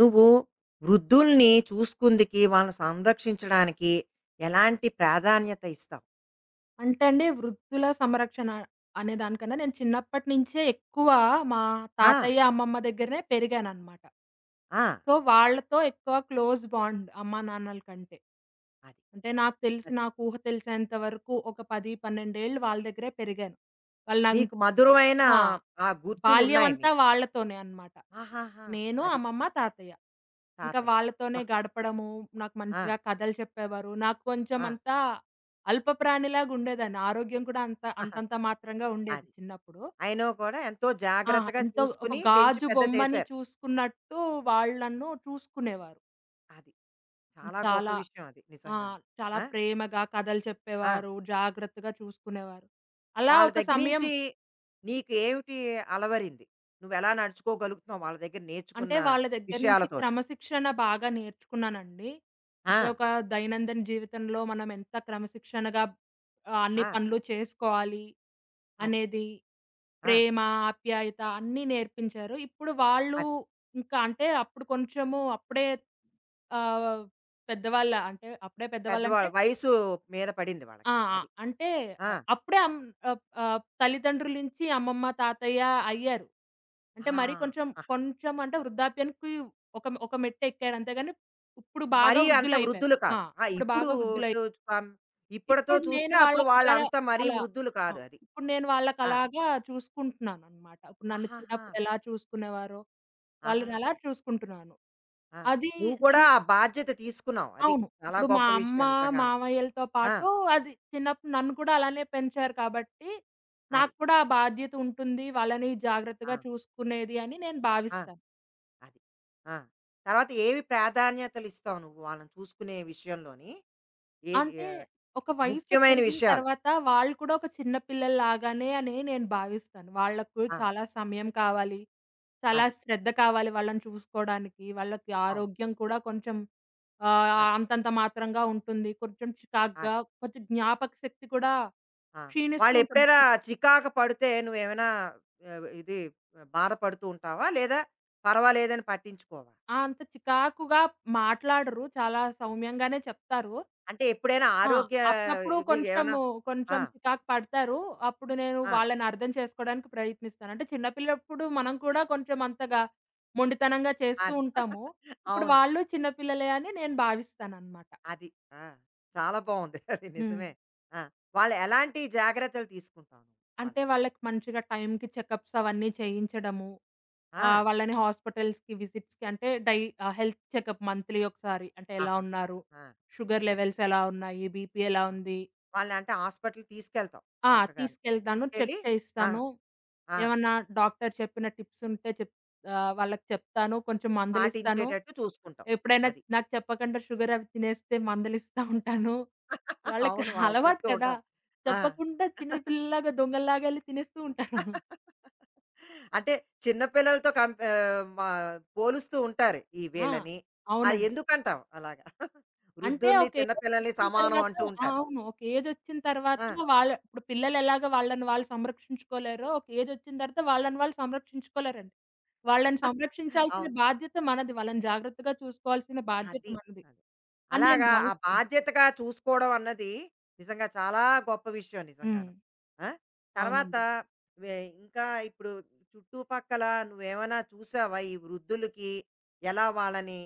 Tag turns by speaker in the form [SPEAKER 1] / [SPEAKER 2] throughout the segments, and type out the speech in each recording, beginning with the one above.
[SPEAKER 1] నువ్వు వృద్ధుల్ని చూసుకుందికి, వాళ్ళని సంరక్షించడానికి ఎలాంటి ప్రాధాన్యత ఇస్తావు?
[SPEAKER 2] అంటే అండి వృద్ధుల సంరక్షణ అనే దానికన్నా నేను చిన్నప్పటి నుంచే ఎక్కువ మా
[SPEAKER 1] ఆ!
[SPEAKER 2] తాతయ్య, అమ్మమ్మ దగ్గరనే పెరిగాననమాట.
[SPEAKER 1] ఆ!
[SPEAKER 2] సో, వాళ్ళతో ఎక్కువ క్లోజ్ బాండ్ అమ్మా, నాన్నల కంటే.
[SPEAKER 1] అది.
[SPEAKER 2] అంటే
[SPEAKER 1] అది.
[SPEAKER 2] నాకు ఊహ తెలిసేంత వరకు ఒక 10, 12 ఏళ్ళు వాళ్ళ దగ్గరే పెరిగాను. వాళ్ళు నాకు
[SPEAKER 1] మీకు మధురమైన
[SPEAKER 2] ఆ!
[SPEAKER 1] ఆ గుర్తులున్నాయి
[SPEAKER 2] బాల్యమంతా
[SPEAKER 1] మీకు.
[SPEAKER 2] వాళ్ళతోనే అన్నమాట.
[SPEAKER 1] ఆహాహా!
[SPEAKER 2] నేను,
[SPEAKER 1] అది
[SPEAKER 2] అమ్మమ్మ, తాతయ్య. ఇంకా
[SPEAKER 1] తాతయ్య.
[SPEAKER 2] వాళ్ళతోనే
[SPEAKER 1] అబ్బా!
[SPEAKER 2] గడపడము, నాకు
[SPEAKER 1] ఆ!
[SPEAKER 2] మంచిగా కథలు చెప్పేవారు. నాకు కొంచెం
[SPEAKER 1] ఆ!
[SPEAKER 2] అంతా అల్ప ప్రాణిలాగా ఉండేదాన్ని. ఆరోగ్యం కూడా అంత అంతంత మాత్రంగా ఉండేది
[SPEAKER 1] అది.
[SPEAKER 2] చిన్నప్పుడు.
[SPEAKER 1] ఆయనో కూడా ఎంతో
[SPEAKER 2] ఆ!
[SPEAKER 1] జాగ్రత్తగా
[SPEAKER 2] ఎంతో ఒక
[SPEAKER 1] చూసుకొని పెంచి
[SPEAKER 2] గాజు
[SPEAKER 1] పెద్ద
[SPEAKER 2] బొమ్మని
[SPEAKER 1] చేశారు.
[SPEAKER 2] చూసుకున్నట్టు వాళ్ళు నన్ను చూసుకునేవారు.
[SPEAKER 1] అది. చాలా గొప్ప
[SPEAKER 2] చాలా
[SPEAKER 1] విషయం అది
[SPEAKER 2] ఆ!
[SPEAKER 1] నిజంగాను.
[SPEAKER 2] చాలా
[SPEAKER 1] ఆ!
[SPEAKER 2] ప్రేమగా కథలు
[SPEAKER 1] ఆ!
[SPEAKER 2] చెప్పేవారు. జాగ్రత్తగా చూసుకునేవారు. అలా
[SPEAKER 1] వాళ్ళ
[SPEAKER 2] ఒక
[SPEAKER 1] దగ్గర
[SPEAKER 2] సమయం
[SPEAKER 1] నుంచి నీకు ఏమిటి అలవరింది? నువ్వెలా నడుచుకోగలుగుతున్నావు వాళ్ళ దగ్గర నేర్చుకున్న
[SPEAKER 2] అంటే వాళ్ళ దగ్గర నుంచి
[SPEAKER 1] విషయాలతోటి?
[SPEAKER 2] క్రమశిక్షణ బాగా నేర్చుకున్నానండి.
[SPEAKER 1] ఆ!
[SPEAKER 2] అంటే ఒక దైనందిన జీవితంలో మనం ఎంత క్రమశిక్షణగా అన్ని
[SPEAKER 1] ఆ!
[SPEAKER 2] పనులు చేసుకోవాలి
[SPEAKER 1] అది.
[SPEAKER 2] అనేది
[SPEAKER 1] ఆ!
[SPEAKER 2] ప్రేమ, ఆప్యాయత అన్నీ నేర్పించారు. ఇప్పుడు వాళ్ళు
[SPEAKER 1] అది.
[SPEAKER 2] ఇంకా అంటే అప్పుడు అప్పుడే ఆహ్, పెద్దవాళ్ళ అంటే అప్పుడే
[SPEAKER 1] పెద్దవాళ్ళ
[SPEAKER 2] పెద్దవాళ్ళంటే
[SPEAKER 1] వయసు మీద పడింది
[SPEAKER 2] ఆ!
[SPEAKER 1] వాళ్ళకి.
[SPEAKER 2] ఆ!
[SPEAKER 1] అది.
[SPEAKER 2] అంటే
[SPEAKER 1] ఆ!
[SPEAKER 2] ఆహ్, అప్పుడే అం ఆహ్, ఆహ్, తల్లిదండ్రుల నుంచి అమ్మమ్మ, తాతయ్య అయ్యారు. అంటే
[SPEAKER 1] ఆ!
[SPEAKER 2] మరి కొంచెం,
[SPEAKER 1] ఆహా!
[SPEAKER 2] కొంచెం అంటే వృద్ధాప్యానికి ఒక ఒక మెట్టెక్కారు. అంతేగాని ఇప్పుడు బాగా
[SPEAKER 1] మరీ అంత
[SPEAKER 2] వృద్ధులైపోయారు.
[SPEAKER 1] వృద్ధులు
[SPEAKER 2] ఆ!
[SPEAKER 1] కాదు. ఆ!
[SPEAKER 2] ఇప్పుడు
[SPEAKER 1] ఇప్పుడు
[SPEAKER 2] బాగా వృద్ధులై
[SPEAKER 1] చు కం ఇప్పటితో
[SPEAKER 2] ఇప్పుడు
[SPEAKER 1] చూస్తే
[SPEAKER 2] నేను
[SPEAKER 1] అప్పుడు
[SPEAKER 2] వాళ్ళకలా
[SPEAKER 1] వాళ్ళంత మరీ
[SPEAKER 2] అలా
[SPEAKER 1] వృద్ధులు
[SPEAKER 2] ఆ!
[SPEAKER 1] కాదు అది.
[SPEAKER 2] ఇప్పుడు నేను
[SPEAKER 1] ఆ!
[SPEAKER 2] వాళ్ళకలాగా చూసుకుంటున్నాననమాట. ఇప్పుడు నన్ను
[SPEAKER 1] ఆహాహా!
[SPEAKER 2] చిన్నప్పుడు ఎలా చూసుకునేవారో
[SPEAKER 1] ఆహా!
[SPEAKER 2] వాళ్ళనలా చూసుకుంటున్నాను.
[SPEAKER 1] ఆ!
[SPEAKER 2] అది
[SPEAKER 1] నువ్వు కూడా
[SPEAKER 2] చిన్
[SPEAKER 1] ఆ బాధ్యత తీసుకున్నావు. అది.
[SPEAKER 2] అవును.
[SPEAKER 1] చాలా
[SPEAKER 2] ఇప్పుడు మా
[SPEAKER 1] గొప్ప
[SPEAKER 2] అమ్మ,
[SPEAKER 1] విషయం నిజంగాను.
[SPEAKER 2] మామయ్యలతో
[SPEAKER 1] ఆ!
[SPEAKER 2] పాటు చిన్నప్పుడు నన్ను కూడా అలానే పెంచారు కాబట్టి,
[SPEAKER 1] అది.
[SPEAKER 2] నాకు కూడా ఆ బాధ్యత ఉంటుంది. వాళ్ళని
[SPEAKER 1] ఆ!
[SPEAKER 2] జాగ్రత్తగా చూసుకునేది అని నేను
[SPEAKER 1] ఆ!
[SPEAKER 2] భావిస్తాను.
[SPEAKER 1] అది. ఆ! తర్వాత ఏవి ప్రాధాన్యతలు ఇస్తావు నువ్వు వాళ్ళని చూసుకునే విషయంలోని? ఏది
[SPEAKER 2] అంటే ఒక వయస్సు
[SPEAKER 1] ముఖ్యమైన
[SPEAKER 2] పెరిగిన
[SPEAKER 1] విషయాలు.
[SPEAKER 2] తర్వాత వాళ్ళు కూడా ఒక చిన్న పిల్లల్లాగానే అని నేను భావిస్తాను. వాళ్ళకు
[SPEAKER 1] ఆ!
[SPEAKER 2] చాలా సమయం కావాలి. చాలా
[SPEAKER 1] అది.
[SPEAKER 2] శ్రద్ధ కావాలి వాళ్ళని చూసుకోవడానికి. వాళ్ళకి
[SPEAKER 1] అవును.
[SPEAKER 2] ఆరోగ్యం కూడా కొంచెం ఆహ్,
[SPEAKER 1] అది.
[SPEAKER 2] అంతంత మాత్రంగా ఉంటుంది. కొంచెం చికాగ్గా,
[SPEAKER 1] అది.
[SPEAKER 2] కొంచెం జ్ఞాపక శక్తి కూడా
[SPEAKER 1] ఆ!
[SPEAKER 2] క్షీణిస్తూ ఉంటుంది.
[SPEAKER 1] వాళ్ళెప్పుడైనా చికాకు పడితే నువ్వేమైనా ఇది ఆ, బాధపడుతూ ఉంటావా? లేదా పర్వాలేదని పట్టించుకోవా?
[SPEAKER 2] అంత చికాకుగా మాట్లాడరు. చాలా సౌమ్యంగానే చెప్తారు.
[SPEAKER 1] అంటే ఎప్పుడైనా
[SPEAKER 2] ఆ!
[SPEAKER 1] ఆరోగ్య
[SPEAKER 2] అప్పుడప్పుడు
[SPEAKER 1] ఇది ఏమైనా ఆ!
[SPEAKER 2] కొంచెం చికాకు పడతారు. అప్పుడు నేను
[SPEAKER 1] ఆ!
[SPEAKER 2] వాళ్ళని అర్థం చేసుకోవడానికి ప్రయత్నిస్తాను. అంటే చిన్నపిల్లప్పుడు మనం కూడా కొంచెం అంతగా మొండితనంగా చేస్తూ
[SPEAKER 1] అది.
[SPEAKER 2] ఉంటాము. ఇప్పుడు
[SPEAKER 1] అవును.
[SPEAKER 2] వాళ్ళు చిన్నపిల్లలే అని నేను భావిస్తాననమాట.
[SPEAKER 1] అది. ఆ! చాలా బావుంది. అది
[SPEAKER 2] హ్మ్.
[SPEAKER 1] నిజమే. ఆ! వాళ్ళు ఎలాంటి జాగ్రత్తలు తీసుకుంటావు నువ్వు
[SPEAKER 2] అంటే
[SPEAKER 1] వాళ్ళకి?
[SPEAKER 2] వాళ్ళకి మంచిగా టైంకి చెకప్స్ అవన్నీ చేయించడము.
[SPEAKER 1] ఆ!
[SPEAKER 2] వాళ్ళని హాస్పిటల్స్‌కి విజిట్స్‌కి హెల్త్ చెకప్ మంత్లీ ఒకసారి అంటే ఎలా
[SPEAKER 1] ఆహాహా!
[SPEAKER 2] ఉన్నారు?
[SPEAKER 1] ఆ!
[SPEAKER 2] షుగర్
[SPEAKER 1] అది.
[SPEAKER 2] లెవెల్స్ ఎలా ఉన్నాయి? బీపీ ఎలా
[SPEAKER 1] ఆ!
[SPEAKER 2] ఉంది?
[SPEAKER 1] వాళ్ళంటే హాస్పిటల్‌కి తీసుకెళ్తావు
[SPEAKER 2] ఆ!
[SPEAKER 1] చక్కగాను.
[SPEAKER 2] తీసుకెళ్తాను. చెక్
[SPEAKER 1] తీసుకెళ్ళి ఆ!
[SPEAKER 2] చేయిస్తాను.
[SPEAKER 1] ఆ!
[SPEAKER 2] ఏమన్నా డాక్టర్ చెప్పిన టిప్స్ ఉంటే వాళ్ళకి చెప్తాను. కొంచెం మందులిస్తాను.
[SPEAKER 1] పాటించేటట్టు చూసుకుంటావు.
[SPEAKER 2] ఎప్పుడైనా
[SPEAKER 1] అది.
[SPEAKER 2] నాకు చెప్పకుండా షుగర్ అవి తినేస్తే మందులిస్తా ఉంటాను. వాళ్ళకి
[SPEAKER 1] అవును. వాళ్ళకి
[SPEAKER 2] అలవాటు
[SPEAKER 1] చెప్తూ
[SPEAKER 2] కదా!
[SPEAKER 1] ఉండాలి. ఆ!
[SPEAKER 2] చెప్పకుండా చిన్న పిల్లలాగా దొంగల్లాగా ఎళ్లి తినేస్తూ ఉంటారు.
[SPEAKER 1] అంటే చిన్న పిల్లలతో కంప్ ఆహ్, మా పోలుస్తూ ఉంటారు ఈ
[SPEAKER 2] ఆ!
[SPEAKER 1] వీళ్ళని. అది
[SPEAKER 2] అవునండి.
[SPEAKER 1] ఎందుకంటావు అలాగా?
[SPEAKER 2] అంటే
[SPEAKER 1] వృద్ధుల్ని,
[SPEAKER 2] ఒక
[SPEAKER 1] చిన్న పిల్లల్ని
[SPEAKER 2] ఏజొచ్చిన
[SPEAKER 1] సమానం
[SPEAKER 2] తర్వాత
[SPEAKER 1] అంటూ
[SPEAKER 2] ఆ!
[SPEAKER 1] ఉంటారు.
[SPEAKER 2] అవును. ఒక ఏజొచ్చిన తర్వాత
[SPEAKER 1] ఆ!
[SPEAKER 2] వాళ్ళ ఇప్పుడు పిల్లలెలాగా వాళ్ళని వాళ్ళు సంరక్షించుకోలేరో, ఒక ఏజొచ్చిన తర్వాత వాళ్ళని వాళ్ళు సంరక్షించుకోలేరండి. వాళ్ళని సంరక్షించాల్సిన
[SPEAKER 1] అవును.
[SPEAKER 2] బాధ్యత మనది. వాళ్ళని జాగ్రత్తగా చూసుకోవాల్సిన బాధ్యత
[SPEAKER 1] అది.
[SPEAKER 2] మనది
[SPEAKER 1] అది.
[SPEAKER 2] అని నేను
[SPEAKER 1] అలాగా ఆ
[SPEAKER 2] భావిస్తాను.
[SPEAKER 1] బాధ్యతగా చూసుకోవడం అన్నది నిజంగా చాలా గొప్ప విషయం
[SPEAKER 2] హ్మ్.
[SPEAKER 1] నిజంగాను. ఆ! తర్వాత
[SPEAKER 2] అవునండి.
[SPEAKER 1] వె ఇంకా ఇప్పుడు చుట్టుపక్కల నువ్వేమైనా చూసావా? ఈ వృద్ధులకి ఎలా వాళ్ళని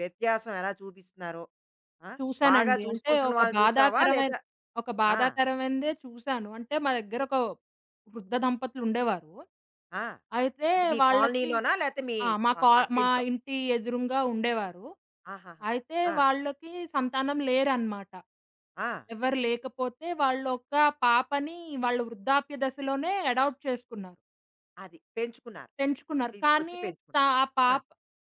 [SPEAKER 1] వ్యత్యాసం ఎలా చూపిస్తున్నారో? ఆ! బాగా
[SPEAKER 2] చూసానండి. అంటే
[SPEAKER 1] చూసుకుంటున్న
[SPEAKER 2] ఒక
[SPEAKER 1] వాళ్ళని చూసావా?
[SPEAKER 2] బాధాకరమైన
[SPEAKER 1] లేదా
[SPEAKER 2] ఒక
[SPEAKER 1] ఆ!
[SPEAKER 2] బాధాకరమైనదే చూసాను. అంటే మా దగ్గర ఒక వృద్ధ దంపతులుండేవారు.
[SPEAKER 1] ఆ!
[SPEAKER 2] అయితే
[SPEAKER 1] అంటే మీ
[SPEAKER 2] వాళ్ళకి
[SPEAKER 1] కాలనీలోనా? లేతే మీ
[SPEAKER 2] ఆ! మా కా
[SPEAKER 1] పక్క
[SPEAKER 2] మా
[SPEAKER 1] ఇంట్లో?
[SPEAKER 2] ఇంటి ఎదురుంగా ఉండేవారు.
[SPEAKER 1] ఆహాహా!
[SPEAKER 2] అయితే
[SPEAKER 1] ఆ!
[SPEAKER 2] వాళ్ళకి సంతానం లేరనమాట.
[SPEAKER 1] ఆ!
[SPEAKER 2] ఎవరు లేకపోతే వాళ్ళొక పాపని వాళ్ళు వృద్ధాప్య దశలోనే అడాప్ట్ చేసుకున్నారు.
[SPEAKER 1] అది. పెంచుకున్నారు.
[SPEAKER 2] పెంచుకున్నారు.
[SPEAKER 1] తీసుకొచ్చి
[SPEAKER 2] కానీ త
[SPEAKER 1] పెంచుకున్నారు.
[SPEAKER 2] ఆ
[SPEAKER 1] ఆ!
[SPEAKER 2] పాప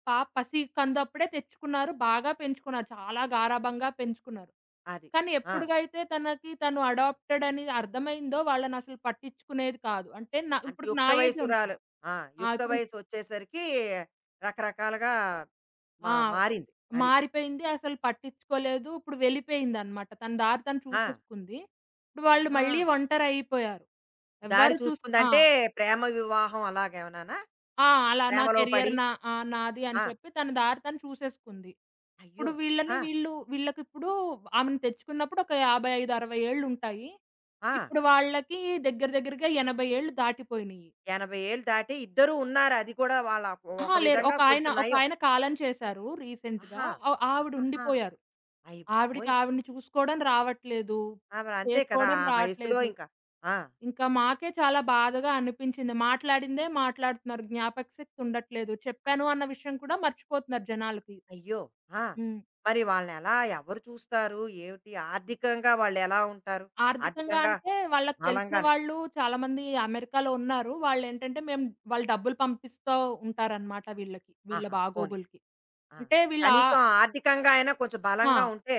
[SPEAKER 2] పాప పసి కందప్పుడే తెచ్చుకున్నారు. బాగా పెంచుకున్నారు. చాలా గారాబంగా పెంచుకున్నారు.
[SPEAKER 1] అది.
[SPEAKER 2] కానీ
[SPEAKER 1] ఆ!
[SPEAKER 2] ఎప్పుడుగైతే తనకి తను అడాప్టెడ్ అని అర్థమైందో వాళ్ళనసలు పట్టించుకునేది కాదు. అంటే నా
[SPEAKER 1] అంటే
[SPEAKER 2] ఇప్పుడు
[SPEAKER 1] యుక్త
[SPEAKER 2] నా ఏజే
[SPEAKER 1] వయసురాలు.
[SPEAKER 2] ఉంటుంది.
[SPEAKER 1] ఆ!
[SPEAKER 2] ఆ!
[SPEAKER 1] యుక్త
[SPEAKER 2] ఇప్పుడు
[SPEAKER 1] వయసొచ్చేసరికి రకరకాలుగా
[SPEAKER 2] ఆ!
[SPEAKER 1] మారింది. అది.
[SPEAKER 2] మారిపోయింది. అసలు పట్టించుకోలేదు. ఇప్పుడు వెళ్ళిపోయిందనమాట. తన దారి తను
[SPEAKER 1] ఆ!
[SPEAKER 2] చూసేసుకుంది. ఇప్పుడు వాళ్ళు
[SPEAKER 1] ఆహా!
[SPEAKER 2] మళ్ళీ ఒంటరయిపోయారు.
[SPEAKER 1] దారి
[SPEAKER 2] ఎవ్వరు చూసుకు ఆ!
[SPEAKER 1] చూసుకుందంటే ప్రేమ వివాహం అలాగేమన్నానా?
[SPEAKER 2] ఆ! అలా నా
[SPEAKER 1] ప్రేమలో
[SPEAKER 2] కెరియర్
[SPEAKER 1] పడి
[SPEAKER 2] నాది అని
[SPEAKER 1] ఆ!
[SPEAKER 2] చెప్పి తన దారి తను చూసేసుకుంది.
[SPEAKER 1] అయ్యో!
[SPEAKER 2] ఇప్పుడు వీళ్ళని
[SPEAKER 1] ఆ!
[SPEAKER 2] వీళ్ళు వీళ్ళకిప్పుడు ఆమెను తెచ్చుకున్నప్పుడు ఒక 55, 60 ఏళ్లుంటాయి.
[SPEAKER 1] ఆ!
[SPEAKER 2] ఇప్పుడు వాళ్ళకి దగ్గర దగ్గరగా 80 ఏళ్ళు దాటిపోయినియి.
[SPEAKER 1] 80 ఏళ్ళు దాటి ఇద్దరూ ఉన్నారు. అది కూడా వాళ్ళ ఒక
[SPEAKER 2] అహా! లేరు.
[SPEAKER 1] విధంగా
[SPEAKER 2] ఒకాయన
[SPEAKER 1] కొంచెం నయం.
[SPEAKER 2] ఒకాయన కాలం చేశారు రీసెంట్‌గా.
[SPEAKER 1] ఆహా!
[SPEAKER 2] ఆవిడ
[SPEAKER 1] ఆహా!
[SPEAKER 2] ఉండిపోయారు.
[SPEAKER 1] అయ్య
[SPEAKER 2] ఆవిడకి
[SPEAKER 1] బాబోయ్!
[SPEAKER 2] ఆవిడని చూసుకోవడం రావట్లేదు.
[SPEAKER 1] ఆ! మరి అంతే కదా!
[SPEAKER 2] చేసుకోవడం
[SPEAKER 1] ఆ వయసులో
[SPEAKER 2] రావట్లేదు.
[SPEAKER 1] ఇంకా. ఆ!
[SPEAKER 2] ఇంకా మాకే చాలా బాధగా అనిపించింది. మాట్లాడిందే మాట్లాడుతున్నారు. జ్ఞాపక శక్తి ఉండట్లేదు. చెప్పాను
[SPEAKER 1] అదే.
[SPEAKER 2] అన్న విషయం కూడా మర్చిపోతున్నారు జనాలకి.
[SPEAKER 1] అయ్యో! ఆ!
[SPEAKER 2] హ్మ్.
[SPEAKER 1] మరి వాళ్ళనెలా ఎవరు చూస్తారు? ఏమిటి? ఆర్థికంగా వాళ్ళెలా ఉంటారు?
[SPEAKER 2] ఆర్థికంగా
[SPEAKER 1] ఆర్థికంగా
[SPEAKER 2] అంటే వాళ్ళకి తెలిసిన
[SPEAKER 1] బలంగానే
[SPEAKER 2] వాళ్ళు చాలా మంది అమెరికాలో ఉన్నారు. వాళ్ళేంటంటే మేము వాళ్ళు డబ్బులు పంపిస్తా ఉంటారన్నమాట వీళ్ళకి. వీళ్ళ
[SPEAKER 1] ఆహా! పోనీ.
[SPEAKER 2] బాగోగులకి.
[SPEAKER 1] ఆ!
[SPEAKER 2] అంటే వీళ్ళ ఆ!
[SPEAKER 1] కనీసం ఆర్థికంగా అయినా కొంచెం
[SPEAKER 2] ఆ!
[SPEAKER 1] బలంగా ఉంటే,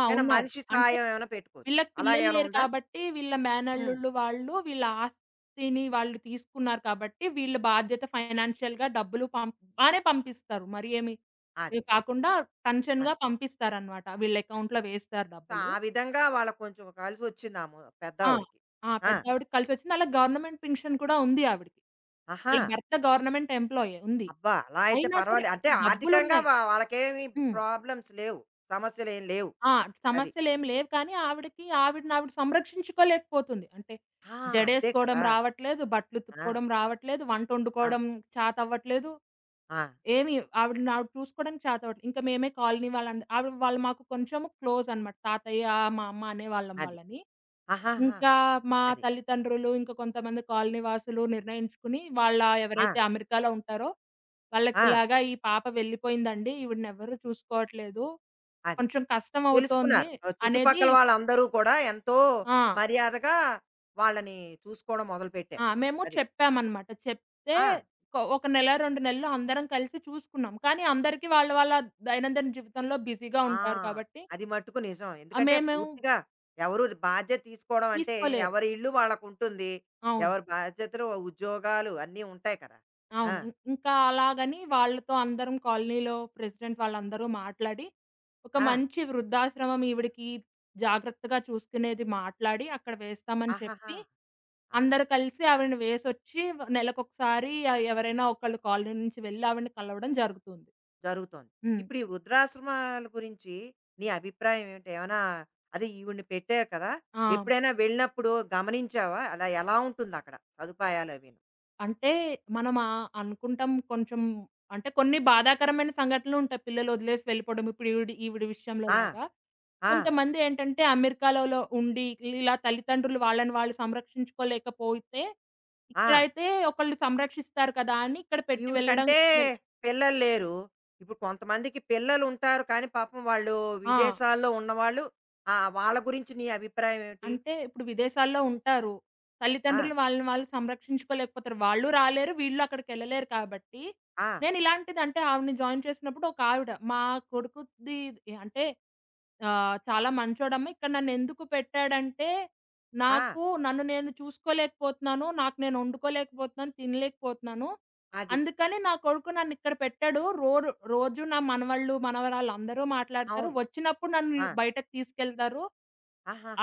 [SPEAKER 2] ఆ,
[SPEAKER 1] ఏమైనా
[SPEAKER 2] ఉన్నారు.
[SPEAKER 1] మనిషి
[SPEAKER 2] అంటే
[SPEAKER 1] సాయం ఏమైనా పెట్టుకోవచ్చు.
[SPEAKER 2] వీళ్ళకి పిల్లలు
[SPEAKER 1] అలాగేమైనా
[SPEAKER 2] లేరు
[SPEAKER 1] ఉందా?
[SPEAKER 2] కాబట్టి, వీళ్ళ
[SPEAKER 1] హ్మ్.
[SPEAKER 2] మేనల్లుళ్ళు వాళ్ళు వీళ్ళ ఆస్తిని వాళ్ళు తీసుకున్నారు కాబట్టి, వీళ్ళ బాధ్యత ఫైనాన్షియల్‌గా డబ్బులు పంప్ బానే పంపిస్తారు. మరి ఏమి ఇది
[SPEAKER 1] అదే.
[SPEAKER 2] కాకుండా
[SPEAKER 1] అదే.
[SPEAKER 2] టెన్షన్‌గా పంపిస్తారనమాట. వీళ్ళ
[SPEAKER 1] అది.
[SPEAKER 2] అకౌంట్‌లో వేస్తారు
[SPEAKER 1] సో,
[SPEAKER 2] డబ్బులు.
[SPEAKER 1] ఆ విధంగా వాళ్ళకి కొంచెం కలిసొచ్చింది ఆ ము
[SPEAKER 2] ఆ!
[SPEAKER 1] పెద్దావిడకి.
[SPEAKER 2] ఆ!
[SPEAKER 1] ఆ!
[SPEAKER 2] పెద్దావిడకి కలిసొచ్చింది. అలా గవర్నమెంట్ పెన్షన్ కూడా ఉంది ఆవిడకి.
[SPEAKER 1] ఆహా!
[SPEAKER 2] వీళ్ళ భర్త గవర్నమెంట్ ఎంప్లాయే ఉంది.
[SPEAKER 1] అబ్బా! అలా అయితే
[SPEAKER 2] అయినా సరే
[SPEAKER 1] పర్వాలేదు. అంటే
[SPEAKER 2] ఇప్పుడు
[SPEAKER 1] ఆర్థికంగా
[SPEAKER 2] డబ్బులున్నాయి.
[SPEAKER 1] వాళ్ళకేమి
[SPEAKER 2] హ్మ్.
[SPEAKER 1] ప్రాబ్లమ్స్ లేవు. సమస్యలేం లేవు.
[SPEAKER 2] ఆ!
[SPEAKER 1] అది.
[SPEAKER 2] సమస్యలేమి లేవు కానీ ఆవిడకి ఆవిడని ఆవిడ సంరక్షించుకోలేకపోతుంది. అంటే
[SPEAKER 1] ఆ! అంతే
[SPEAKER 2] జడేసుకోవడం
[SPEAKER 1] కదా!
[SPEAKER 2] రావట్లేదు, బట్టలు
[SPEAKER 1] ఆ!
[SPEAKER 2] ఉతుక్కోవడం రావట్లేదు,
[SPEAKER 1] ఆ!
[SPEAKER 2] వంటొండుకోవడం చాతవ్వట్లేదు.
[SPEAKER 1] ఆ!
[SPEAKER 2] ఏమి ఆవిడని ఆవిడ చూసుకోవడానికి చాతవ్వట్లేదు. ఇంక మేమే కాలనీ వాళ్ళం ఆవిడ వాళ్ళు మాకు కొంచెం క్లోజ్ అనమాట. తాతయ్య, మా అమ్మ అనేవాళ్ళం
[SPEAKER 1] అది.
[SPEAKER 2] వాళ్ళని.
[SPEAKER 1] ఆహాహా!
[SPEAKER 2] ఇంకా మా
[SPEAKER 1] అది.
[SPEAKER 2] తల్లిదండ్రులు, ఇంకా కొంతమంది కాలనీ వాసులు నిర్ణయించుకుని
[SPEAKER 1] ఆ!
[SPEAKER 2] ఎవరైతే అమెరికాలో ఉంటారో
[SPEAKER 1] ఆ!
[SPEAKER 2] వాళ్ళకిలాగా "ఈ పాప వెళ్ళిపోయిందండి. ఈవిడనెవ్వరు చూసుకోవట్లేదు."
[SPEAKER 1] అది.
[SPEAKER 2] కొంచెం కష్టమవుతోంది
[SPEAKER 1] తెలుసుకున్నారు.
[SPEAKER 2] అనేది
[SPEAKER 1] చుట్టుపక్కల వాళ్ళందరూ కూడా ఎంతో
[SPEAKER 2] ఆ!
[SPEAKER 1] మర్యాదగా వాళ్ళని చూసుకోవడం
[SPEAKER 2] ఆ!
[SPEAKER 1] మొదలుపెట్టారు.
[SPEAKER 2] మేము
[SPEAKER 1] అది.
[SPEAKER 2] చెప్పామనమాట. చెప్తే
[SPEAKER 1] ఆ!
[SPEAKER 2] ఒక నెల, 2 నెలలు అందరం కలిసి చూసుకున్నాం. కానీ అందరికీ వాళ్ళ వాళ్ళ దైనందిన జీవితంలో బిజీగా
[SPEAKER 1] ఆ!
[SPEAKER 2] ఉంటారు కాబట్టి,
[SPEAKER 1] అది మట్టుకు నిజం.
[SPEAKER 2] ఆహ్,
[SPEAKER 1] ఎందుకంటే
[SPEAKER 2] మేము
[SPEAKER 1] పూర్తిగా ఎవరు బాధ్యత తీసుకోవడం అంటే
[SPEAKER 2] తీసుకోలేరు.
[SPEAKER 1] ఎవరి ఇల్లు వాళ్ళకుంటుంది.
[SPEAKER 2] అవును.
[SPEAKER 1] ఎవరి బాధ్యతలు, ఉద్యోగాలు అన్నీ ఉంటాయి కదా! ఆ!
[SPEAKER 2] అవును. ఇంకా అలాగని వాళ్ళతో అందరం కాలనీలో ప్రెసిడెంట్ వాళ్ళందరూ మాట్లాడి, ఒక
[SPEAKER 1] ఆ!
[SPEAKER 2] మంచి వృద్ధాశ్రమం ఈవిడకి జాగ్రత్తగా చూసుకునేది మాట్లాడి, అక్కడ వేస్తామని
[SPEAKER 1] ఆహాహా!
[SPEAKER 2] చెప్పి, అందరూ కలిసి ఆవిడని వేసొచ్చి నెలకొకసారి ఎవరైనా ఒకళ్ళు కాలనీ నుంచి వెళ్లి ఆవిడని కలవడం జరుగుతుంది.
[SPEAKER 1] జరుగుతోంది.
[SPEAKER 2] హ్మ్.
[SPEAKER 1] ఇప్పుడు ఈ వృద్ధాశ్రమాల గురించి నీ అభిప్రాయం ఏమిటి? ఏమైనా అదే ఈవిడిని పెట్టారు కదా!
[SPEAKER 2] ఆ!
[SPEAKER 1] ఎప్పుడైనా వెళ్ళినప్పుడు గమనించావా? అలా ఎలా ఉంటుందక్కడ సదుపాయాలు అవిను?
[SPEAKER 2] అంటే మనం అనుకుంటాం కొంచెం అంటే కొన్ని బాధాకరమైన సంఘటనలుంటాయి పిల్లలు వదిలేసి వెళ్ళిపోవడం. ఇప్పుడు ఈవిడ ఈవిడ విషయంలో
[SPEAKER 1] ఆ!
[SPEAKER 2] లాగా.
[SPEAKER 1] ఆ!
[SPEAKER 2] కొంతమందేంటంటే అమెరికాలోలో ఉండి, ఇలా తల్లిదండ్రులు వాళ్ళని వాళ్ళు సంరక్షించుకోలేకపోతే,
[SPEAKER 1] ఆ!
[SPEAKER 2] ఇక్కడైతే ఒకళ్ళు సంరక్షిస్తారు కదా! అని ఇక్కడ పెట్టి
[SPEAKER 1] ఈవిడ
[SPEAKER 2] వెళ్ళడం
[SPEAKER 1] కంటే
[SPEAKER 2] వెల్
[SPEAKER 1] పిల్లలు లేరు. ఇప్పుడు కొంతమందికి పిల్లలుంటారు కానీ పాపం వాళ్ళు
[SPEAKER 2] ఆ!
[SPEAKER 1] విదేశాల్లో ఉన్నవాళ్ళు ఆ! వాళ్ళ గురించి నీ అభిప్రాయం ఏమిటి?
[SPEAKER 2] అంటే ఇప్పుడు విదేశాల్లో ఉంటారు.
[SPEAKER 1] ఆ!
[SPEAKER 2] తల్లిదండ్రులు వాళ్ళని వాళ్ళు సంరక్షించుకోలేకపోతారు. వాళ్ళు రాలేరు, వీళ్ళు అక్కడికెళ్ళలేరు కాబట్టి,
[SPEAKER 1] ఆ!
[SPEAKER 2] నేనిలాంటిదంటే ఆవిడని జాయిన్ చేసినప్పుడు ఒక ఆవిడ మా కొడుకుది అంటే ఆ! చాలా మంచోడమ్మ. ఇక్కడ నన్నెందుకు పెట్టాడంటే,
[SPEAKER 1] ఆ!
[SPEAKER 2] నాకు నన్ను నేను చూసుకోలేకపోతున్నాను. నాకు నేను వండుకోలేకపోతున్నాను. తినలేకపోతున్నాను.
[SPEAKER 1] అది.
[SPEAKER 2] అందుకని నా కొడుకు నన్నిక్కడ పెట్టాడు. రోజు నా మనవళ్ళు, మనవరాళ్ళు అందరూ మాట్లాడతారు.
[SPEAKER 1] అవును.
[SPEAKER 2] వచ్చినప్పుడు నన్ను
[SPEAKER 1] ఆ!
[SPEAKER 2] బయటకి తీసుకెళ్తారు.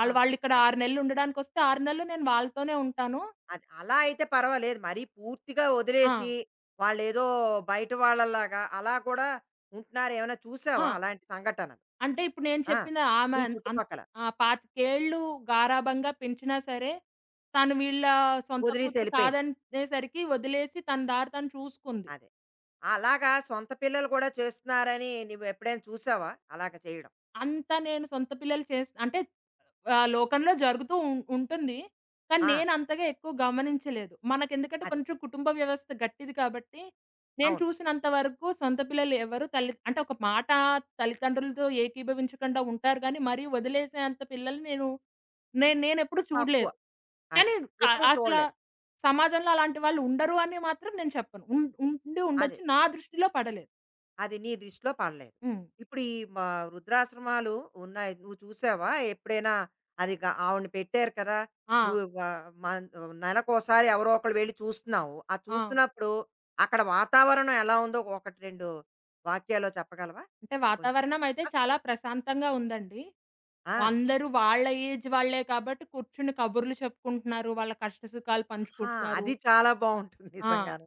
[SPEAKER 2] ఆళ్ళు వాళ్ళిక్కడ
[SPEAKER 1] అది.
[SPEAKER 2] 6 నెలలు ఉండడానికొస్తే 6 నెలలు నేను వాళ్ళతోనే ఉంటాను.
[SPEAKER 1] అది అలా అయితే పర్వాలేదు. మరీ పూర్తిగా వదిలేసి
[SPEAKER 2] ఆ!
[SPEAKER 1] వాళ్ళేదో బయట వాళ్ళలాగా అలా కూడా ఉంటున్నారు. ఏమైనా
[SPEAKER 2] ఆ!
[SPEAKER 1] చూసావా అలాంటి సంఘటనలు?
[SPEAKER 2] అంటే ఇప్పుడు నేను
[SPEAKER 1] ఆ!
[SPEAKER 2] చెప్పింది ఆమె
[SPEAKER 1] మీ
[SPEAKER 2] అన్ అన్
[SPEAKER 1] చుట్టుపక్కల
[SPEAKER 2] ఆ! 25 గారాబంగా పెంచినా సరే, తను వీళ్ళ సొంత
[SPEAKER 1] వదిలేసి
[SPEAKER 2] కూతురు
[SPEAKER 1] ఎళ్ళిపోయింది.
[SPEAKER 2] కాదనేసరికి వదిలేసి తన దారి తను చూసుకుంది.
[SPEAKER 1] అదే. అలాగా సొంత పిల్లలు కూడా చేస్తున్నారని నువ్వెప్పుడైనా చూసావా అలాగ చేయడం?
[SPEAKER 2] అంత నేను సొంత పిల్లలు చేస్ అంటే లోకంలో జరుగుతూ ఉంటుంది. కానీ
[SPEAKER 1] ఆ!
[SPEAKER 2] నేను అంతగా ఎక్కువ గమనించలేదు. మనకెందుకంటే
[SPEAKER 1] అది.
[SPEAKER 2] కొంచెం కుటుంబ వ్యవస్థ గట్టిది కాబట్టి, నేను
[SPEAKER 1] అవును.
[SPEAKER 2] చూసినంత వరకు సొంత పిల్లలు ఎవరు తల్లి అంటే ఒక మాట తల్లిదండ్రులతో ఏకీభవించకుండా ఉంటారు గానీ, మరీ వదిలేసేంత పిల్లల్ని నేను నేను నేనెప్పుడు
[SPEAKER 1] తక్కువ.
[SPEAKER 2] చూడలేదు.
[SPEAKER 1] అది.
[SPEAKER 2] కానీ క
[SPEAKER 1] ఎప్పుడూ
[SPEAKER 2] అసల
[SPEAKER 1] చూడలేదు.
[SPEAKER 2] సమాజంలో అలాంటి వాళ్ళు ఉండరు అని మాత్రం నేను చెప్పను. ఉండి
[SPEAKER 1] అది.
[SPEAKER 2] ఉండొచ్చు. నా దృష్టిలో పడలేదు.
[SPEAKER 1] అది నీ దృష్టిలో పడలేదు.
[SPEAKER 2] హ్మ్.
[SPEAKER 1] ఇప్పుడు ఈ వృద్ధాశ్రమాలు ఉన్నాయి. నువ్వు చూసావా ఎప్పుడైనా? అది ఆవిడని పెట్టారు కదా!
[SPEAKER 2] ఆ!
[SPEAKER 1] నువ్వు వ మన్ నెలకోసారి ఎవరో ఒకళ్ళు వెళ్లి చూస్తున్నావు. ఆ
[SPEAKER 2] ఆ!
[SPEAKER 1] చూస్తున్నప్పుడు అక్కడ వాతావరణం ఎలా ఉందో ఒకటి, 2 వాక్యాల్లో చెప్పగలవా?
[SPEAKER 2] అంటే
[SPEAKER 1] కొంచెం
[SPEAKER 2] వాతావరణం అయితే చాలా ప్రశాంతంగా ఉందండి.
[SPEAKER 1] ఆ!
[SPEAKER 2] అందరూ వాళ్ళ ఏజ్ వాళ్ళే కాబట్టి కూర్చుని కబుర్లు చెప్పుకుంటున్నారు. వాళ్ళ కష్ట సుఖాలు
[SPEAKER 1] ఆహా!
[SPEAKER 2] పంచుకుంటున్నారు.
[SPEAKER 1] అది చాలా బావుంటుంది
[SPEAKER 2] ఆ!
[SPEAKER 1] నిజంగాను.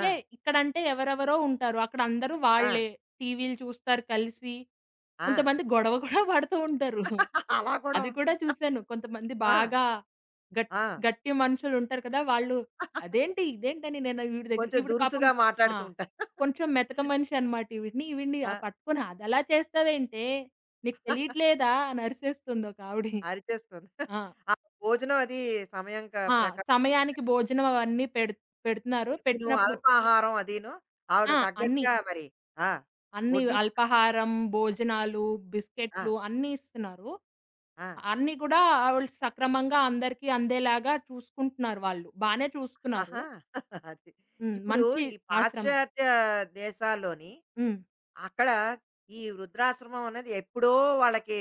[SPEAKER 1] ఆ!
[SPEAKER 2] ఇక్కడంటే ఎవరెవరో ఉంటారు. అక్కడ అందరూ
[SPEAKER 1] ఆ!
[SPEAKER 2] వాళ్ళే. టీవీలు చూస్తారు కలిసి.
[SPEAKER 1] ఆ!
[SPEAKER 2] కొంతమంది గొడవ కూడా పడుతూ ఉంటారు.
[SPEAKER 1] అలా కూడా
[SPEAKER 2] అది కూడా
[SPEAKER 1] ఉంటుందా?
[SPEAKER 2] చూసాను. కొంతమంది
[SPEAKER 1] ఆ!
[SPEAKER 2] బాగా గట్
[SPEAKER 1] ఆ!
[SPEAKER 2] గట్టి మనుషులుంటారు కదా! అదేంటి? ఇదేంటని నేను ఈవిడ దగ్గర
[SPEAKER 1] కొంచెం
[SPEAKER 2] ఈవిడ పాపం
[SPEAKER 1] దురుసుగా
[SPEAKER 2] ఆ!
[SPEAKER 1] మాట్లాడుతూ ఉంటారు.
[SPEAKER 2] కొంచెం మెతక మనిషి అనమాట ఈవిడని
[SPEAKER 1] ఆ!
[SPEAKER 2] పట్టుకొని అదలా చేస్తావేంటే? నీకు తెలియట్లేదా? అని అరిసేస్తుంది ఒకావిడి.
[SPEAKER 1] అరిచేస్తుంది.
[SPEAKER 2] ఆ!
[SPEAKER 1] ఆ భోజనం అది సమయం
[SPEAKER 2] ఆ!
[SPEAKER 1] ప్రకారం పెట్టి
[SPEAKER 2] సమయానికి భోజనం అవన్నీ పెడుతున్నారు.
[SPEAKER 1] టిఫిను,
[SPEAKER 2] పెట్టినప్పుడు
[SPEAKER 1] అల్పాహారం అదీను ఆవిడ
[SPEAKER 2] ఆ! అన్నీ.
[SPEAKER 1] తగ్గట్టుగా మరి ఆ!
[SPEAKER 2] అన్నీ
[SPEAKER 1] వడ్డిస్తారు.
[SPEAKER 2] అల్పాహారం, భోజనాలు,
[SPEAKER 1] ఆ!
[SPEAKER 2] బిస్కెట్లు అన్నీ ఇస్తున్నారు.
[SPEAKER 1] ఆ!
[SPEAKER 2] అన్నీ కూడా ఆవిళ్ళు సక్రమంగా అందరికీ అందేలాగా చూసుకుంటున్నారు వాళ్ళు. బానే చూస్తున్నారు.
[SPEAKER 1] ఆహా! అది.
[SPEAKER 2] హ్మ్.
[SPEAKER 1] ఇప్పుడు
[SPEAKER 2] మంచి
[SPEAKER 1] ఈ
[SPEAKER 2] ఆశ్రమం.
[SPEAKER 1] పాశ్చాత్య దేశాల్లోని
[SPEAKER 2] హ్మ్.
[SPEAKER 1] అక్కడ ఈ వృద్ధాశ్రమం అనేది ఎప్పుడో వాళ్ళకి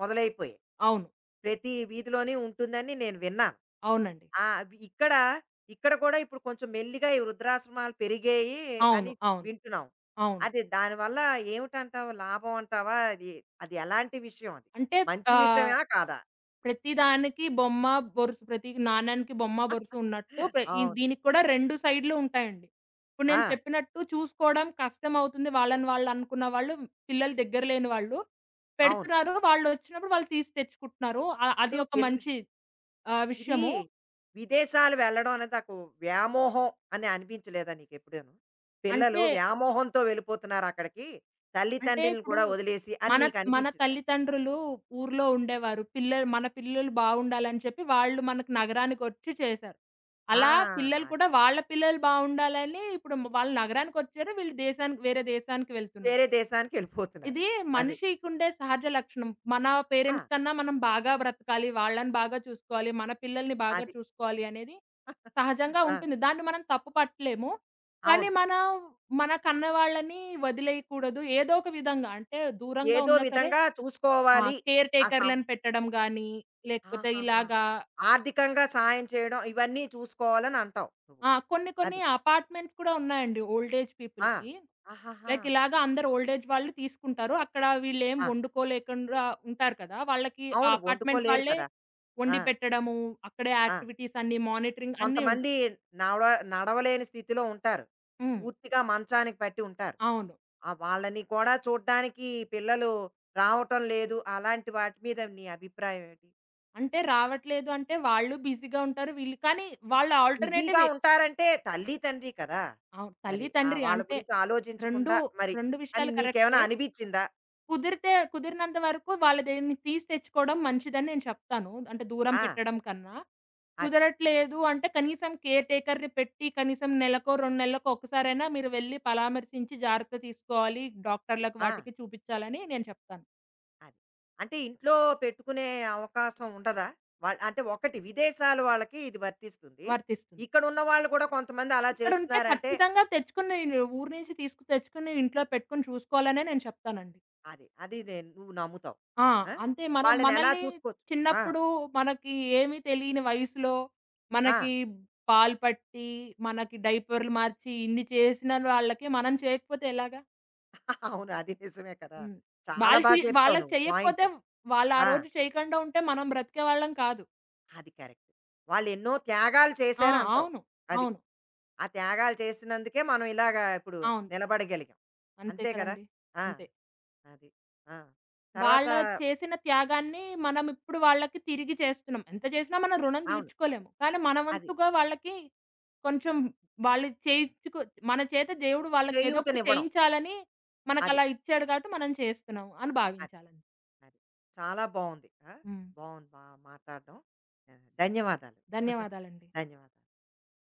[SPEAKER 1] మొదలైపోయాయి.
[SPEAKER 2] అవును.
[SPEAKER 1] ప్రతి వీధిలోని ఉంటుందని నేను విన్నాను.
[SPEAKER 2] అవునండి.
[SPEAKER 1] ఆ! అవి ఇక్కడ, ఇక్కడ కూడా ఇప్పుడు కొంచెం మెల్లిగా ఈ వృద్ధాశ్రమాలు పెరిగాయి అని
[SPEAKER 2] అవును. అవును.
[SPEAKER 1] వింటున్నాం.
[SPEAKER 2] అవును.
[SPEAKER 1] అది దానివల్ల ఏమిటంటావు? లాభం అంటావా? అది అది ఎలాంటి విషయం అది?
[SPEAKER 2] అంటే
[SPEAKER 1] మంచి
[SPEAKER 2] ఆహ్,
[SPEAKER 1] విషయమా? కాదా?
[SPEAKER 2] ప్రతి దానికి బొమ్మ, ప్రతి నాణానికి బొమ్మ, బొరుసు ఉన్నట్టు ఈ
[SPEAKER 1] అవును.
[SPEAKER 2] దీనికి కూడా 2 సైడ్‌లు ఉంటాయండి. ఇప్పుడు
[SPEAKER 1] ఆ!
[SPEAKER 2] నేను చెప్పినట్టు చూసుకోవడం కష్టమవుతుంది. వాళ్ళని వాళ్ళు అనుకున్న వాళ్ళు, పిల్లలు దగ్గర లేని వాళ్ళు
[SPEAKER 1] అవును.
[SPEAKER 2] పెడుతున్నారు. వాళ్ళొచ్చినప్పుడు వాళ్ళు తీసి తెచ్చుకుంటున్నారు. అది
[SPEAKER 1] ఇప్పుడు
[SPEAKER 2] ఒక మంచి
[SPEAKER 1] ఇది
[SPEAKER 2] విషయము.
[SPEAKER 1] విదేశాలు వెళ్ళడం అనేది నాకు వ్యామోహం అని అనిపించలేదా నీకెప్పుడూను? పిల్లలు
[SPEAKER 2] అంటే
[SPEAKER 1] వ్యామోహంతో వెళ్ళిపోతున్నారు అక్కడికి.
[SPEAKER 2] అంటే
[SPEAKER 1] తల్లితండ్రులను
[SPEAKER 2] ఇప్పుడు
[SPEAKER 1] కూడా వదిలేసి అని
[SPEAKER 2] మన మన
[SPEAKER 1] నీకనిపించిందా?
[SPEAKER 2] తల్లిదండ్రులు ఊర్లో ఉండేవారు. మన పిల్లలు బాగుండాలని చెప్పి వాళ్ళు మనకు నగరానికొచ్చి చేశారు.
[SPEAKER 1] ఆ!
[SPEAKER 2] అలా పిల్లలు
[SPEAKER 1] అది.
[SPEAKER 2] కూడా వాళ్ళ పిల్లలు బాగుండాలని ఇప్పుడు వాళ్ళు నగరానికొచ్చారు. వీళ్ళు వేరే దేశానికి వెళ్తున్నారు.
[SPEAKER 1] వేరే దేశానికెళ్ళిపోతున్నారు.
[SPEAKER 2] ఇది
[SPEAKER 1] అది.
[SPEAKER 2] మనిషికుండే సహజ లక్షణం. మన
[SPEAKER 1] ఆ!
[SPEAKER 2] పేరెంట్స్ కన్నా మనం బాగా బ్రతకాలి, వాళ్ళని బాగా చూసుకోవాలి, మన పిల్లల్ని బాగా
[SPEAKER 1] అది.
[SPEAKER 2] చూసుకోవాలి అనేది సహజంగా
[SPEAKER 1] ఆ!
[SPEAKER 2] ఉంటుంది. దాన్ని మనం తప్పు పట్టలేము. కానీ
[SPEAKER 1] అవును.
[SPEAKER 2] మనం మన కన్నవాళ్ళని వదిలేయకూడదు. ఏదో ఒక విధంగా అంటే దూరంగా
[SPEAKER 1] ఏదో
[SPEAKER 2] ఉన్నా సరే
[SPEAKER 1] విధంగా చూసుకోవాలి.
[SPEAKER 2] కేర్
[SPEAKER 1] ఆ సం
[SPEAKER 2] టేకర్‌లని పెట్టడం గానీ, లేకపోతే
[SPEAKER 1] ఆహాహా!
[SPEAKER 2] ఇలాగా
[SPEAKER 1] ఆర్థికంగా సాయం చేయడం ఇవన్నీ చూసుకోవాలని అంటావు నువ్వు.
[SPEAKER 2] ఆ! కొన్ని కొన్ని
[SPEAKER 1] అది.
[SPEAKER 2] అపార్ట్మెంట్స్ కూడా ఉన్నాయండి ఓల్డ్ ఏజ్
[SPEAKER 1] ఆ!
[SPEAKER 2] పీపుల్‌కి.
[SPEAKER 1] ఆహాహా!
[SPEAKER 2] లైక్ ఇలాగ అందరూ ఓల్డ్ ఏజ్ వాళ్ళు తీసుకుంటారు. అక్కడ వీళ్ళేం
[SPEAKER 1] ఆ!
[SPEAKER 2] వండుకోలేకుండా ఉంటారు కదా! వాళ్ళకి ఆ
[SPEAKER 1] అవును.
[SPEAKER 2] అపార్ట్‌మెంట్
[SPEAKER 1] వండుకోలేరు
[SPEAKER 2] వాళ్ళే
[SPEAKER 1] కదా! ఆ!
[SPEAKER 2] వండి పెట్టడము, అక్కడే
[SPEAKER 1] ఆ!
[SPEAKER 2] యాక్టివిటీస్ అన్నీ మానిటరింగ్ అన్నీ
[SPEAKER 1] కొంతమంది నడ నడవలేని స్థితిలో ఉంటారు.
[SPEAKER 2] హ్మ్.
[SPEAKER 1] పూర్తిగా మంచానికి పట్టి ఉంటారు.
[SPEAKER 2] అవును.
[SPEAKER 1] ఆ! వాళ్ళని కూడా చూడ్డానికి పిల్లలు రావటం లేదు. అలాంటి వాటి మీద నీ అభిప్రాయం ఏంటి?
[SPEAKER 2] అంటే రావట్లేదు అంటే వాళ్ళు బిజీగా ఉంటారు. వీళ్ళు కానీ వాళ్ళ
[SPEAKER 1] బిజీగా
[SPEAKER 2] ఆల్టర్‌నేటివ్ ఎ
[SPEAKER 1] ఉంటారంటే తల్లి, తండ్రి కదా!
[SPEAKER 2] అవును.
[SPEAKER 1] మరి
[SPEAKER 2] తల్లి,
[SPEAKER 1] ఆ!
[SPEAKER 2] తండ్రి
[SPEAKER 1] వాళ్ళ
[SPEAKER 2] అంటే
[SPEAKER 1] గురించి
[SPEAKER 2] 2
[SPEAKER 1] ఆలోచించకుండా మరి
[SPEAKER 2] 2
[SPEAKER 1] అని
[SPEAKER 2] విషయాలు
[SPEAKER 1] నీకేమైనా
[SPEAKER 2] కరెక్టే.
[SPEAKER 1] అనిపిచ్చిందా?
[SPEAKER 2] కుదిరితే కుదిరినంత వరకు వాళ్ళదేన్ని తీసి తెచ్చుకోవడం మంచిదని నేను చెప్తాను. అంటే దూరం
[SPEAKER 1] ఆ!
[SPEAKER 2] పెట్టడం కన్నా.
[SPEAKER 1] అది.
[SPEAKER 2] కుదరట్లేదు అంటే కనీసం కేర్ టేకర్‌ని పెట్టి కనీసం నెలకో, 2 నెలలకో ఒక్కసారైనా మీరు వెళ్లి పరామర్శించి జాగ్రత్త తీసుకోవాలి. డాక్టర్‌లకు
[SPEAKER 1] ఆ!
[SPEAKER 2] వాటికి చూపించాలని నేను చెప్తాను.
[SPEAKER 1] అది. అంటే ఇంట్లో పెట్టుకునే అవకాశం ఉండదా? అంటే ఒకటి విదేశాల వాళ్ళకి ఇది వర్తిస్తుంది.
[SPEAKER 2] వర్తిస్తుంది.
[SPEAKER 1] ఇక్కడున్న వాళ్ళు కూడా కొంతమంది అలా
[SPEAKER 2] ఇక్కడుంటే
[SPEAKER 1] చేస్తున్నారంటే
[SPEAKER 2] ఖచ్చితంగా తెచ్చుకుని ఊరు నుంచి తీసుకు తెచ్చుకుని ఇంట్లో పెట్టుకొని చూసుకోవాలనే నేను చెప్తానండి.
[SPEAKER 1] అది. అది నువ్వు నమ్ముతావు.
[SPEAKER 2] ఆ!
[SPEAKER 1] ఆ!
[SPEAKER 2] అంతే మనం
[SPEAKER 1] వాళ్ళని ఎలా
[SPEAKER 2] మనల్ని
[SPEAKER 1] చూసుకోవచ్చు? ఆ!
[SPEAKER 2] చిన్నప్పుడు మనకి ఏమీ తెలియని వయసులో
[SPEAKER 1] ఆ!
[SPEAKER 2] మనకి పాలు పట్టి, మనకి డైపర్‌లు మార్చి ఇన్ని చేసిన వాళ్ళకి మనం చేయకపోతే ఎలాగా?
[SPEAKER 1] అవును. అది నిజమే కదా!
[SPEAKER 2] హ్మ్.
[SPEAKER 1] చాలా
[SPEAKER 2] వాళ్ళు చే
[SPEAKER 1] చెప్పావు
[SPEAKER 2] వాళ్ళకి
[SPEAKER 1] నువ్వు పాయింట్.
[SPEAKER 2] చెయ్యకపోతే వాళ్ళు ఆ
[SPEAKER 1] ఆ!
[SPEAKER 2] రోజు చేయకుండా ఉంటే మనం బ్రతికేవాళ్ళం కాదు.
[SPEAKER 1] అది కరెక్ట్. వాళ్ళెన్నో త్యాగాలు
[SPEAKER 2] ఆ!
[SPEAKER 1] చేశారంటావు.
[SPEAKER 2] అవును.
[SPEAKER 1] అది.
[SPEAKER 2] అవును.
[SPEAKER 1] ఆ త్యాగాలు చేసినందుకే మనం ఇలాగా ఇప్పుడు
[SPEAKER 2] అవును.
[SPEAKER 1] నిలబడగలిగాం.
[SPEAKER 2] అంతే
[SPEAKER 1] అంతే కదా!
[SPEAKER 2] కదండీ!
[SPEAKER 1] ఆ!
[SPEAKER 2] అంతే.
[SPEAKER 1] అది. ఆ! తర్వాత
[SPEAKER 2] వాళ్ళ చేసిన త్యాగాన్ని మనం ఇప్పుడు వాళ్ళకి తిరిగి చేస్తున్నాం. ఎంత చేసినా మనం రుణం
[SPEAKER 1] అవును.
[SPEAKER 2] తీర్చుకోలేము. కానీ మన
[SPEAKER 1] అది.
[SPEAKER 2] వంతుగా వాళ్ళకి కొంచెం వాళ్ళు చేయించుకో మన చేత దేవుడు వాళ్ళకి ఏదో ఒకటి
[SPEAKER 1] చేయూతనివ్వడం.
[SPEAKER 2] చేయించాలని
[SPEAKER 1] అది.
[SPEAKER 2] మనకలా ఇచ్చాడు కాబట్టి మనం చేస్తున్నాం అని
[SPEAKER 1] అది.
[SPEAKER 2] భావించాలండి.
[SPEAKER 1] అది. చాలా బావుంది. ఆ!
[SPEAKER 2] హ్మ్.
[SPEAKER 1] బావుంది మాట్లాడడం. ఆ! ధన్యవాదాలు.
[SPEAKER 2] ధన్యవాదాలండి.
[SPEAKER 1] ధన్యవాదాలు.